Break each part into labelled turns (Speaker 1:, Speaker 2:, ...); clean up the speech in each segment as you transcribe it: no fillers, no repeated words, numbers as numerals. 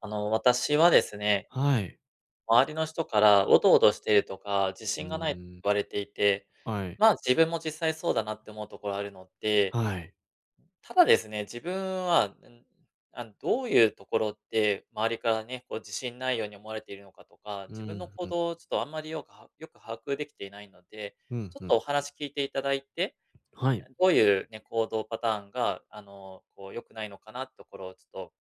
Speaker 1: 私はですね、
Speaker 2: はい。
Speaker 1: 周りの人からおどおどしているとか、自
Speaker 2: う
Speaker 1: 信がないと
Speaker 2: ーん。
Speaker 1: 言われていて、
Speaker 2: はい、
Speaker 1: まあ、自分も実際そうだなって思うところあるので、
Speaker 2: はい。
Speaker 1: ただですね、自分は、どういうところって周りからね、こう自信ないように思われているのかとか、
Speaker 2: う
Speaker 1: 自
Speaker 2: ん、
Speaker 1: 分の行
Speaker 2: ふん、
Speaker 1: 動をちょっとあんまりよく把握できていないので、
Speaker 2: うん、
Speaker 1: ちょ
Speaker 2: ふ
Speaker 1: っ
Speaker 2: ん。
Speaker 1: とお話聞いていただいて、
Speaker 2: はい、
Speaker 1: どういうね、行動パターンが、こう良くないのかなってところをちょっと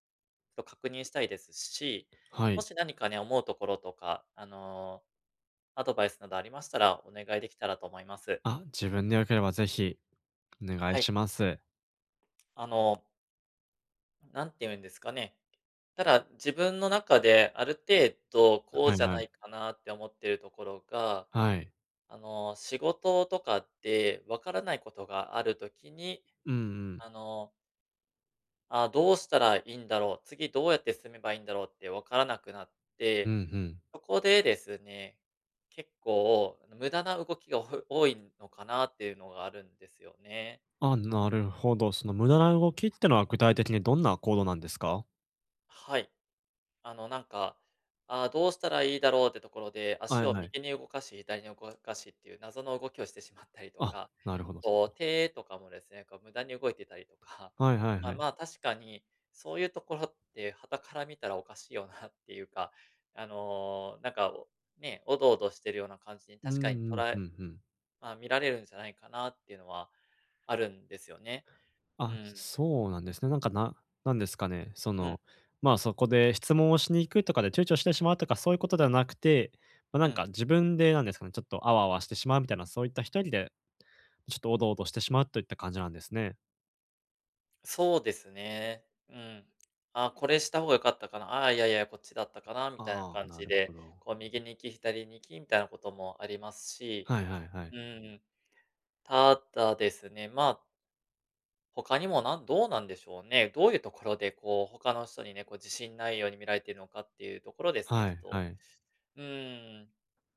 Speaker 1: と確認したいですし、
Speaker 2: は
Speaker 1: も
Speaker 2: い。
Speaker 1: し何かね、思うところとか、アドバイスなどありましたらお願いできたらと思います。
Speaker 2: あ、自分で良ければぜひお願い
Speaker 1: はい。
Speaker 2: します。
Speaker 1: あの、なんて言うんですかね。ただ、自分の中である程度こう
Speaker 2: はい
Speaker 1: じゃ
Speaker 2: は
Speaker 1: な
Speaker 2: い。
Speaker 1: いかなって思ってるところが、
Speaker 2: はい。
Speaker 1: 仕事とかでわからないことがあるときに、
Speaker 2: うんうん。
Speaker 1: あの、あ、どうしたらいいんだろう、次どうやって進めばいいんだろうってわからなくなっ
Speaker 2: うん
Speaker 1: て、
Speaker 2: うん。
Speaker 1: そこでですね、結構、無駄な動きが多いのかなっていうのがあるんですよね。
Speaker 2: あ、なるほど。その無駄な動きってのは具体的にどんな行動なんですか？
Speaker 1: はい。あの、なんか、ああ、どうしたらいいだろうってところで、
Speaker 2: は
Speaker 1: 足
Speaker 2: い
Speaker 1: を
Speaker 2: はい。
Speaker 1: 右に動かし、左に動かしっていう謎の動きをしてしまったりと
Speaker 2: あ、
Speaker 1: か、
Speaker 2: なるほど。そ
Speaker 1: こう、
Speaker 2: の
Speaker 1: 手とかもですね、こう無駄に動いてたりとか、
Speaker 2: はいは い
Speaker 1: あ、
Speaker 2: はい。
Speaker 1: まあ、確かにそういうところって傍から見たらおかしいよなっていうか、あの、なんか、ね、おどおどしてるような感じに
Speaker 2: うん
Speaker 1: 確かに
Speaker 2: うん、ふんふん。
Speaker 1: まあ、見られるんじゃないかなっていうのはあるんですよね。う
Speaker 2: あ、
Speaker 1: ん。
Speaker 2: そうなんですね。なんか、なんですかね、そ
Speaker 1: うん、
Speaker 2: の、ま、あそこで質問をしに行くとかで躊躇してしまうとか、そういうことではなくて、まあ、な
Speaker 1: う
Speaker 2: ん
Speaker 1: ん。
Speaker 2: か自分でなんですかね、ちょっとあわあわしてしまうみたいな、そういった一人でちょっとおどおどしてしまうといった感じなんですね。
Speaker 1: そうですね。うん。あ、これした方が良かったかな、ああ、いやいや、こっちだったかなみたいな
Speaker 2: ああ、
Speaker 1: 感
Speaker 2: な
Speaker 1: じ
Speaker 2: るほ
Speaker 1: で、
Speaker 2: ど。
Speaker 1: こう右に行き、左に行きみたいなこともありますし、
Speaker 2: はいはいはい。
Speaker 1: うん、ただですね、まあ、他にもどうなんでしょうね。どういうところでこう、他の人にね、こう自信ないように見られているのかっていうところですね、
Speaker 2: は
Speaker 1: ちょっ
Speaker 2: い
Speaker 1: と。
Speaker 2: はい。
Speaker 1: うん、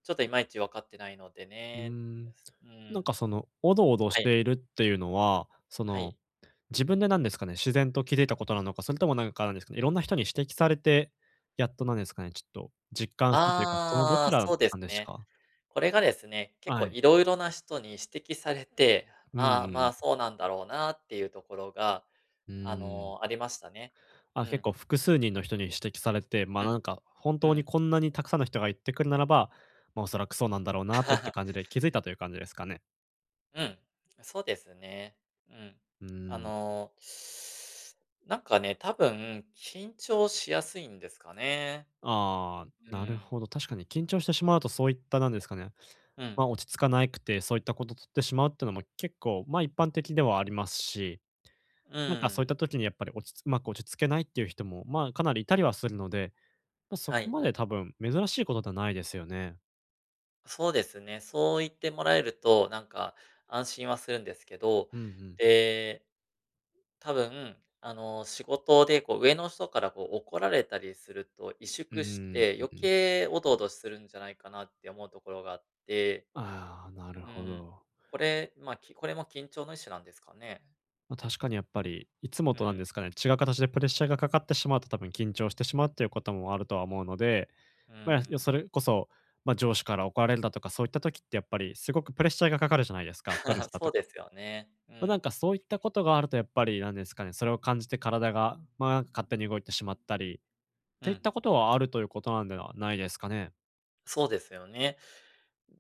Speaker 1: ちょっといまいち分かってないので
Speaker 2: うー
Speaker 1: ね。
Speaker 2: ん。
Speaker 1: う
Speaker 2: なん
Speaker 1: ん、
Speaker 2: かその、おどおどし
Speaker 1: はい、
Speaker 2: ているっていうのは、そ
Speaker 1: は
Speaker 2: の
Speaker 1: い。
Speaker 2: 自分でなんですかね、自然と気づいたことなのか、それともなんかなんですかね、いろんな人に指摘されて、やっとなんですかね、ちょっと実感したというか、そのど
Speaker 1: あ
Speaker 2: ち
Speaker 1: あ、
Speaker 2: ら
Speaker 1: そうで
Speaker 2: な
Speaker 1: す
Speaker 2: んです
Speaker 1: ね。
Speaker 2: か？
Speaker 1: これがですね、結
Speaker 2: は
Speaker 1: 構
Speaker 2: い。
Speaker 1: いろいろな人に指摘されて、
Speaker 2: うん
Speaker 1: ああ、
Speaker 2: う
Speaker 1: まあ、
Speaker 2: ん。
Speaker 1: そうなんだろうなっていうところが、
Speaker 2: うーん。
Speaker 1: ありましたね。
Speaker 2: あ、
Speaker 1: う
Speaker 2: 結
Speaker 1: ん、
Speaker 2: 構複数人の人に指摘されて、ま、
Speaker 1: う
Speaker 2: な
Speaker 1: ん、
Speaker 2: んか本
Speaker 1: う
Speaker 2: 当に
Speaker 1: ん。
Speaker 2: こんなにたくさんの人が言ってくるならば、ま、おそらくそうなんだろうなといって感 じで気づいたという感じですかね。
Speaker 1: うん、そうですね。うん。
Speaker 2: うー
Speaker 1: あ
Speaker 2: ん。
Speaker 1: の、なんかね、多分緊張しやすいんですかね。
Speaker 2: あ
Speaker 1: う
Speaker 2: あ、なる
Speaker 1: ん、
Speaker 2: ほど。確かに緊張してしまうとそういったなんですかね、
Speaker 1: うん、
Speaker 2: ま、落ち着かないくて、そういったことを取ってしまうっていうのも結構、ま、一般的ではありますし、
Speaker 1: う
Speaker 2: なんかそういっ
Speaker 1: ん、
Speaker 2: た時にやっぱり落ち着うまく落ち着けないっていう人も、まあ、かなりいたりはするので、ま、そ
Speaker 1: は
Speaker 2: こ
Speaker 1: い。
Speaker 2: まで多分珍しいことではないですよね。
Speaker 1: そうですね。そう言ってもらえると、なんか安心はするんですけど、
Speaker 2: うんうん。
Speaker 1: で、多分、仕事でこう上の人からこう怒られたりすると、萎
Speaker 2: うー
Speaker 1: 縮し
Speaker 2: ん、
Speaker 1: て余
Speaker 2: うん。
Speaker 1: 計おどおどするんじゃないかなって思うところがあって、
Speaker 2: ああ、なる
Speaker 1: う
Speaker 2: ほ
Speaker 1: ん。
Speaker 2: ど。
Speaker 1: これ、まあ、これも緊張の一種なんですかね。
Speaker 2: ま、確かにやっぱり、いつも
Speaker 1: う
Speaker 2: となん
Speaker 1: ん、
Speaker 2: ですかね、違う形でプレッシャーがかかってしまうと多分緊張してしまうっていうこともあるとは思うので、
Speaker 1: う
Speaker 2: まあ、よ
Speaker 1: ん。
Speaker 2: それこそ、ま、上司から怒られるだとか、そういった時ってやっぱりすごくプレッシャーがかかるじゃないですか、ストレス だ
Speaker 1: そ
Speaker 2: と
Speaker 1: う
Speaker 2: か。
Speaker 1: ですよね。う
Speaker 2: ま、なん
Speaker 1: ん、
Speaker 2: かそういったことがあるとやっぱりなんですかね、それを感じて体が、まあ、勝手に動いてしまったり、っ
Speaker 1: う
Speaker 2: ていっ
Speaker 1: ん。
Speaker 2: たことはあるということなんではないですかね。
Speaker 1: そうですよね。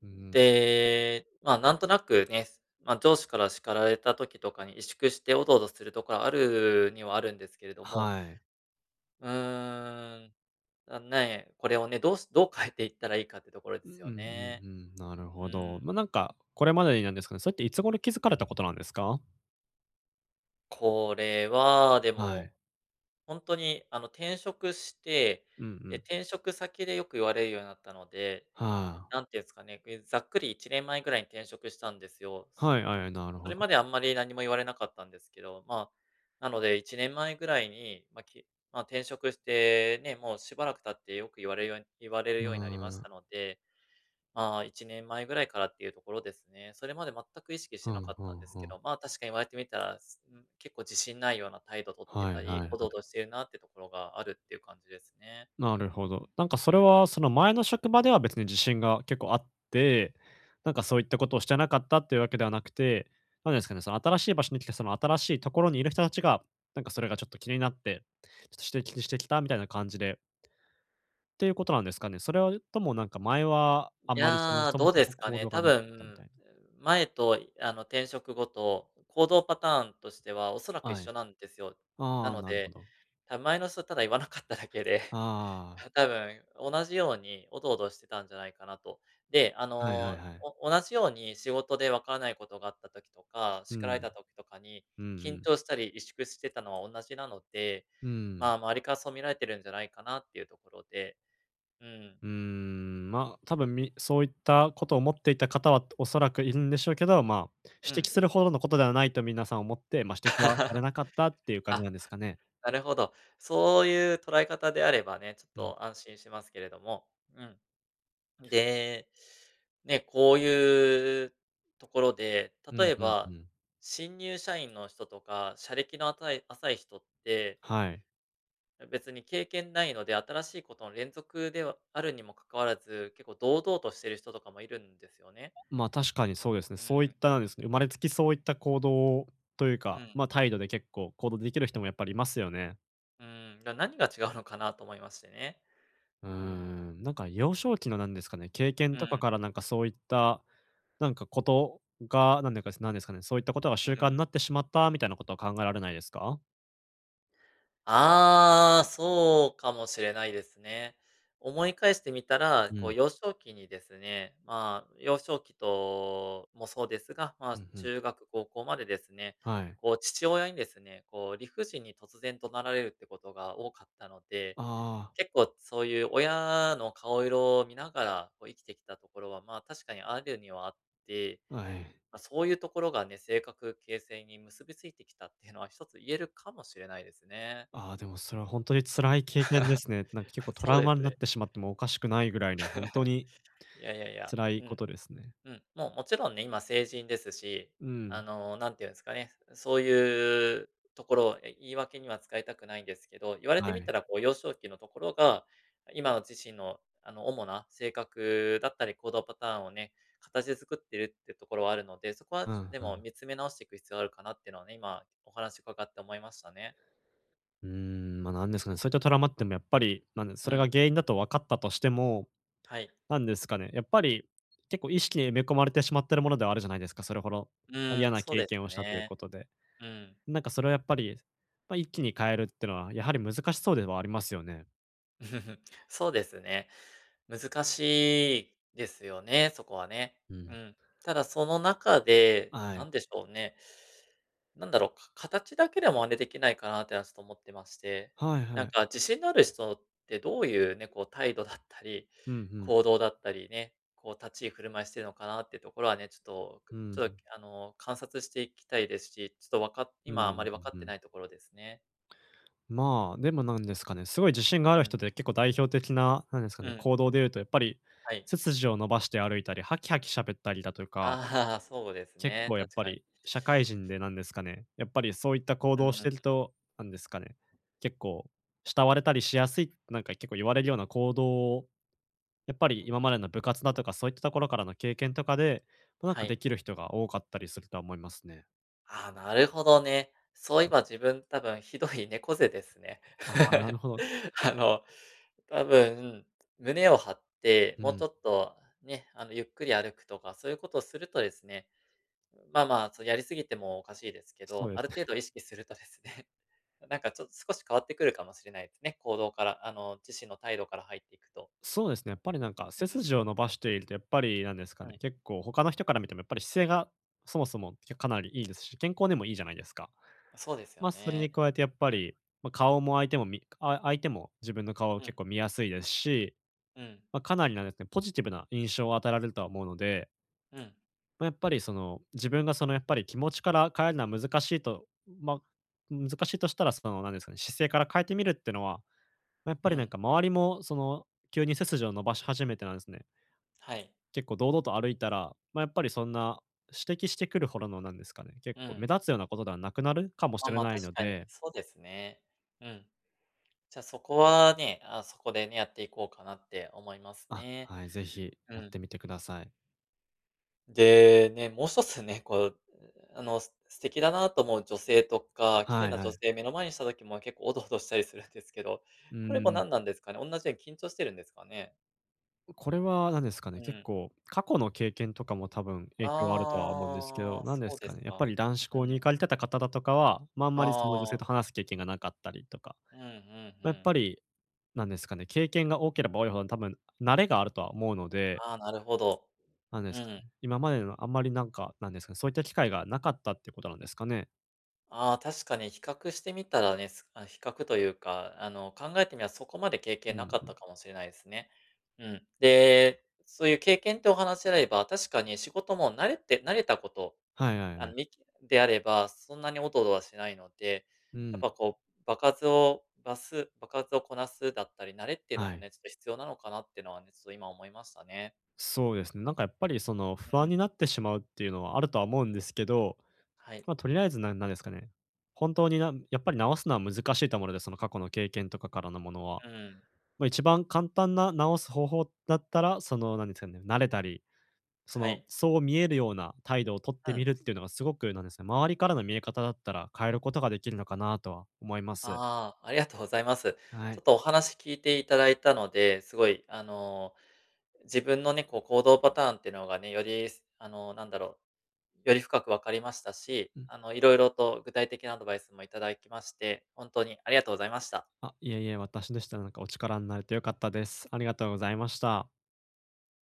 Speaker 2: うん。
Speaker 1: で、まあ、なんとなくね、まあ、上司から叱られた時とかに萎縮しておどおどするところあるにはあるんですけれども、
Speaker 2: はい。
Speaker 1: うーん、あ、ね、これをね、どう変えていったらいいかってところで
Speaker 2: うんうん
Speaker 1: す
Speaker 2: うんう
Speaker 1: よね。
Speaker 2: ん。なる
Speaker 1: う
Speaker 2: ほど。
Speaker 1: ん。
Speaker 2: ま、なんか、これまでになんですかね、それっていつ頃気づかれたことなんですか？
Speaker 1: これは、で
Speaker 2: はい。
Speaker 1: も、本当に、転職して、
Speaker 2: うんう
Speaker 1: で、
Speaker 2: ん。
Speaker 1: 転職先でよく言われるようになったので、
Speaker 2: はあ。
Speaker 1: なんていうんですかね、ざっくり1年前ぐらいに転職したんですよ。
Speaker 2: はい、はい、なる
Speaker 1: そ
Speaker 2: ほ
Speaker 1: れ
Speaker 2: ど。
Speaker 1: まであんまり何も言われなかったんですけど、まあ、なので1年前ぐらいに、まあ、まあ、転職してね、もうしばらく経ってよく言われるように言われる
Speaker 2: う
Speaker 1: ようになりま
Speaker 2: ー
Speaker 1: し
Speaker 2: ん。
Speaker 1: たので、まあ、1年前ぐらいからっていうところですね。それまで全く意識し
Speaker 2: ふ
Speaker 1: てな
Speaker 2: ん
Speaker 1: かっ
Speaker 2: ふ
Speaker 1: たん
Speaker 2: ん
Speaker 1: です
Speaker 2: ふ
Speaker 1: け
Speaker 2: ん。
Speaker 1: ど、まあ、確かに言われてみたら、すうん、結構自信ないような態度取って
Speaker 2: はい
Speaker 1: たり、
Speaker 2: はい。
Speaker 1: おどおどしてるなってところがあるっていう感じですね。
Speaker 2: なるほど。なんかそ
Speaker 1: う
Speaker 2: れは、
Speaker 1: ん。
Speaker 2: その前の職場では別に自信が結構あって、なんかそういったことをしてなかったっていうわけではなくて、なんですかね、その新しい場所に来て、その新しいところにいる人たちが、なんかそれがちょっと気になって、ちょっと指摘してきたみたいな感じでっていうことなんですかね。それはともなんか前はあん
Speaker 1: い
Speaker 2: まりその、
Speaker 1: やー、
Speaker 2: そも
Speaker 1: どう
Speaker 2: そ
Speaker 1: で
Speaker 2: も
Speaker 1: すか
Speaker 2: 行
Speaker 1: ね。
Speaker 2: 動が
Speaker 1: 多
Speaker 2: なかったみたい
Speaker 1: 分、
Speaker 2: な。
Speaker 1: 前と転職後と行動パターンとしてはおそらく
Speaker 2: は
Speaker 1: 一
Speaker 2: い。
Speaker 1: 緒なんですよ。な
Speaker 2: ああ、
Speaker 1: の
Speaker 2: なるほ
Speaker 1: で、
Speaker 2: ど。
Speaker 1: 多分前の人ただ言わなかっただけで、
Speaker 2: あ
Speaker 1: 多分同じようにおどおどしてたんじゃないかなと。で、
Speaker 2: あ、はいはいはい。
Speaker 1: 同じように仕事でわからないことがあった時とか、
Speaker 2: う
Speaker 1: 叱られ
Speaker 2: ん。
Speaker 1: た時とかに、
Speaker 2: うんう
Speaker 1: 緊
Speaker 2: ん。
Speaker 1: 張したり萎縮してたのは同じなので、
Speaker 2: うん。
Speaker 1: まあ、周りからそう見られてるんじゃないかなっていうところで、うん、
Speaker 2: うーん、まあ、多分そういったことを思っていた方はおそらくいるんでしょうけど、まあ、
Speaker 1: う
Speaker 2: 指摘
Speaker 1: ん。
Speaker 2: するほどのことではないと皆さん思って、まあ、指摘はされ なかったっていう感じな
Speaker 1: あ、
Speaker 2: んですかね。
Speaker 1: なるほど。そういう捉え方であればね、ちょっ
Speaker 2: うん。
Speaker 1: と安心しますけれども。うん。で、ね、こういうところで、
Speaker 2: う
Speaker 1: 例
Speaker 2: ん
Speaker 1: え
Speaker 2: うんう
Speaker 1: ば、
Speaker 2: ん。
Speaker 1: 新入社員の人とか、社歴の浅い人って、
Speaker 2: はい。
Speaker 1: 別に経験ないので、新しいことの連続ではあるにもかかわらず、結構堂々としてる人とかもいるんですよね。
Speaker 2: まあ、確かにそうですね。
Speaker 1: う
Speaker 2: そういっ
Speaker 1: ん、
Speaker 2: たなんですね、生まれつきそういった行動という
Speaker 1: う
Speaker 2: か、まあ、
Speaker 1: ん、
Speaker 2: 態度で結構行動できる人もやっぱりいますよね。
Speaker 1: うん。何が違うのかなと思いましてね。
Speaker 2: うー
Speaker 1: うん、
Speaker 2: ん、なんか幼少期のなんですかね、経験
Speaker 1: う
Speaker 2: とか
Speaker 1: ん、
Speaker 2: からなんかそういった、なんかことが、なんでかなんですかね、そういったことが
Speaker 1: う
Speaker 2: 習慣にな
Speaker 1: ん。
Speaker 2: ってしまったみたいなことは考えられないですか？
Speaker 1: ああ、そうかもしれないですね。思い返してみたら、
Speaker 2: う
Speaker 1: こう
Speaker 2: ん。
Speaker 1: 幼少期にですね、まあ、幼少期ともそうですが、ま
Speaker 2: う
Speaker 1: あ、
Speaker 2: んうん。
Speaker 1: 中学、高校までですね、
Speaker 2: はい。
Speaker 1: こう父親にですね、こう理不尽に突然怒鳴られるってことが多かったので、
Speaker 2: あ
Speaker 1: 結構そういう親の顔色を見ながらこう生きてきたところは、まあ、確かにあるにはあって、
Speaker 2: あ、はい。
Speaker 1: まあ、そういうところがね、性格形成に結びついてきたっていうのは一つ言えるかもしれないですね。
Speaker 2: ああ、でもそれは本当に辛い経験で すね。なんか結構ト
Speaker 1: そ
Speaker 2: ラ
Speaker 1: う
Speaker 2: ウ
Speaker 1: で
Speaker 2: マ
Speaker 1: す
Speaker 2: になっ
Speaker 1: ね。
Speaker 2: てしまってもおかしくないぐらいの本当に
Speaker 1: いやいやいや、
Speaker 2: 辛い
Speaker 1: う
Speaker 2: こ
Speaker 1: ん、
Speaker 2: とですね。
Speaker 1: うん。もうもちろんね、今成人ですし、
Speaker 2: うん。
Speaker 1: なんていうんですかね、そういうところを、言い訳には使いたくないんですけど、言われて
Speaker 2: は
Speaker 1: み
Speaker 2: い。
Speaker 1: たらこう幼少期のところが、今の自身の主な性格だったり行動パターンをね、形作ってるっていうところはあるので、そこは
Speaker 2: うん
Speaker 1: で
Speaker 2: う
Speaker 1: も
Speaker 2: ん。
Speaker 1: 見つめ直していく必要があるかなっていうのはね、今お話伺って思いましたね。
Speaker 2: うーん、ま、なんですかね、そういったトラウマってもやっぱり、なんでそ
Speaker 1: う
Speaker 2: れが
Speaker 1: ん、
Speaker 2: 原因だと分かったとしても、
Speaker 1: はい。
Speaker 2: なんですかね、やっぱり、結構意識に埋め込まれてしまってるものではあるじゃないですか、それほど、
Speaker 1: う
Speaker 2: ま、嫌
Speaker 1: ん、
Speaker 2: な
Speaker 1: そう
Speaker 2: 経
Speaker 1: です
Speaker 2: 験をしたという
Speaker 1: ね。
Speaker 2: ことで。
Speaker 1: うん。
Speaker 2: なんかそれをやっぱり、ま、一気に変えるってのは、やはり難しそうではありますよね。
Speaker 1: そうですね。難しいですよね、そこはね。
Speaker 2: う
Speaker 1: う
Speaker 2: ん。
Speaker 1: ん。ただその中で、
Speaker 2: は
Speaker 1: な
Speaker 2: い。
Speaker 1: んでしょうね。なんだろう、形だけでも真似できないかなってのはちょっと思ってまして。
Speaker 2: はい
Speaker 1: な
Speaker 2: は
Speaker 1: ん
Speaker 2: い。
Speaker 1: か自信のある人ってどういうね、こう態度だったり、
Speaker 2: うんう
Speaker 1: 行
Speaker 2: ん。
Speaker 1: 動だったりね、こう立ち居振る舞いしてるのかなってところはね、ちょっと、
Speaker 2: うんう
Speaker 1: ち
Speaker 2: ん。
Speaker 1: ょっとあの、観察していきたいですし、ちょっとわかっ
Speaker 2: うんう
Speaker 1: 今あま
Speaker 2: ん
Speaker 1: り分か
Speaker 2: う
Speaker 1: っ
Speaker 2: んう
Speaker 1: て
Speaker 2: ん。
Speaker 1: ないところですね。
Speaker 2: まあ、でもなんですかね、すごい自信があ
Speaker 1: う
Speaker 2: る
Speaker 1: ん、
Speaker 2: 人で結構代表的な、なんですか
Speaker 1: う
Speaker 2: ね、
Speaker 1: ん、
Speaker 2: 行動で言うとやっぱり、
Speaker 1: はい。
Speaker 2: 背筋を伸ばして歩いたり、ハキハキ喋ったりだとか、
Speaker 1: ああ、そうです
Speaker 2: 結
Speaker 1: ね、
Speaker 2: 構やっ
Speaker 1: 確
Speaker 2: ぱ
Speaker 1: かに。
Speaker 2: り社会人でなんですかね、やっぱりそういった行
Speaker 1: う
Speaker 2: 動をし
Speaker 1: ん。
Speaker 2: てると、なんですかね、結構慕われたりしやすい、なんか結構言われるような行動を、やっぱり今までの部活だとかそういったところからの経験とかで、ま、なん
Speaker 1: は
Speaker 2: かで
Speaker 1: い。
Speaker 2: きる人が多かったりするとは思いますね。
Speaker 1: ああ、なるほどね。そういえば自分多分ひどい猫背ですね。
Speaker 2: ああ、なる ほど。
Speaker 1: あの、多分、胸を張って、
Speaker 2: う
Speaker 1: もう
Speaker 2: ん。
Speaker 1: ちょっとね、ゆっくり歩くとか、そういうことをするとですね、まあまあ、やりすぎてもおかしいですけ
Speaker 2: そ
Speaker 1: ど、
Speaker 2: うで
Speaker 1: あ
Speaker 2: す
Speaker 1: る
Speaker 2: ね。
Speaker 1: 程度意識するとですね、なんかちょっと少し変わってくるかもしれないですね。行動から、自身の態度から入っていくと。
Speaker 2: そうですね、やっぱりなんか背
Speaker 1: うん、
Speaker 2: 筋を伸ばしているとやっぱりなんですか
Speaker 1: う
Speaker 2: ね、
Speaker 1: ん。
Speaker 2: 結構他の人から見てもやっぱり姿勢がそもそも、かなりいいですし、健康にもいいじゃないですか。
Speaker 1: そうですよ
Speaker 2: まあ、それ
Speaker 1: ね。
Speaker 2: に加えてやっぱ
Speaker 1: うん、
Speaker 2: り、まあ、顔も相手も自分の顔を
Speaker 1: うん、
Speaker 2: 結構見やすいですし、
Speaker 1: うん、
Speaker 2: まあ、かなりなんですね、ポジティブな印象を与えられるとは思うので、
Speaker 1: うん。
Speaker 2: まあ、やっぱりその、自分がそのやっぱり気持ちから変えるのは難しいと、まあ、難しいとしたらその、なんですかね、姿勢から変えてみるっていうのは、ま、やっ
Speaker 1: う
Speaker 2: ぱりなん
Speaker 1: ん、
Speaker 2: か周りもその、急に背筋を伸ばし始めてなんですね、
Speaker 1: はい。
Speaker 2: 結構堂々と歩いたら、まあ、やっぱりそんな指摘してくるほどのなんですかね、結
Speaker 1: う
Speaker 2: 構目
Speaker 1: ん。
Speaker 2: 立つようなことではなくなるか もし
Speaker 1: まあ
Speaker 2: れ
Speaker 1: まあ、
Speaker 2: ない
Speaker 1: 確
Speaker 2: の
Speaker 1: かに、
Speaker 2: で、
Speaker 1: そうですね。うん。じゃ、そこはね、あ、そこでね、やっていこうかなって思います
Speaker 2: あ、
Speaker 1: ね。
Speaker 2: はい、ぜひ
Speaker 1: う
Speaker 2: やっ
Speaker 1: ん。
Speaker 2: てみてください。
Speaker 1: で、ね、もう一つね、こう、素敵だなと思う女性とか、綺麗
Speaker 2: はい
Speaker 1: な
Speaker 2: は
Speaker 1: 女
Speaker 2: い。
Speaker 1: 性目の前にした時も結構おどおどしたりするんですけど、
Speaker 2: う
Speaker 1: これも
Speaker 2: ーん、
Speaker 1: 何なんですかね？おんなじように緊張してるんですかね？
Speaker 2: これは何ですかね、
Speaker 1: う
Speaker 2: 結
Speaker 1: ん。
Speaker 2: 構過去の経験とかも多分影響あるとは思うんですけど、
Speaker 1: ああ、
Speaker 2: 何で
Speaker 1: そう
Speaker 2: す
Speaker 1: で
Speaker 2: かね、
Speaker 1: す
Speaker 2: やっぱ
Speaker 1: か。
Speaker 2: り男子
Speaker 1: う
Speaker 2: 校に行
Speaker 1: ん。
Speaker 2: かれてた方だとかは、ま、あんまりその女
Speaker 1: あ
Speaker 2: 性と
Speaker 1: あ、
Speaker 2: 話す経験がなかったりとか、
Speaker 1: うんうんう
Speaker 2: ま、やっ
Speaker 1: ん。
Speaker 2: ぱりなんですかね、経験が多ければ多いほど多分慣れがあるとは思うので、
Speaker 1: ああ、なるほど。
Speaker 2: なんで
Speaker 1: う
Speaker 2: すか
Speaker 1: ん。
Speaker 2: ね、今までのあんまりなんか、なんですかね、そういった機会がなかったってことなんですかね。
Speaker 1: ああ、確かに比較してみたらね、比較というか、考えてみればそこまで経
Speaker 2: う
Speaker 1: 験な
Speaker 2: ん
Speaker 1: かっ
Speaker 2: う
Speaker 1: た
Speaker 2: ん。
Speaker 1: かもしれないですね。うん。で、そういう経験ってお話であれば、確かに仕事も慣れたこと、
Speaker 2: はいはい
Speaker 1: あ
Speaker 2: は
Speaker 1: の、
Speaker 2: い。
Speaker 1: みであれば、そんなにおどおどはしないので、
Speaker 2: う
Speaker 1: やっ
Speaker 2: ん、
Speaker 1: ぱこう、場数をこなすだったり、慣れっていうの
Speaker 2: は
Speaker 1: も
Speaker 2: い。
Speaker 1: ね、ちょっと必要なのかなっていうのはね、ちょっと今思いましたね。
Speaker 2: そうですね。なんかやっぱりその
Speaker 1: う
Speaker 2: 不安にな
Speaker 1: ん。
Speaker 2: ってしまうっていうのはあるとは思うんですけど、
Speaker 1: はい。
Speaker 2: まあ、とりあえずなんですかね。本当にやっぱり直すのは難しいと思うので、その過去の経験とかからのものは。
Speaker 1: うん。
Speaker 2: まあ、一番簡単な直す方法だったら、そのなんですかね、慣れたり、そ
Speaker 1: は
Speaker 2: の
Speaker 1: い。
Speaker 2: そう見えるような態度をとっ
Speaker 1: う
Speaker 2: てみ
Speaker 1: ん。
Speaker 2: るっていうのがすごくなんですね、周りからの見え方だったら変えることができるのかなとは思います。
Speaker 1: ああ、ありがとうございます。
Speaker 2: は
Speaker 1: ちょ
Speaker 2: い。
Speaker 1: っとお話聞いていただいたので、すごい、自分のね、こう行動パターンっていうのがね、より、なんだろう、より深く分かりましたし、
Speaker 2: うん、
Speaker 1: いろいろと具体的なアドバイスもいただきまして、本当にありがとうございました。
Speaker 2: あ、いえいえ、私でしたらなんかお力になれてよかったです。ありがとうございました。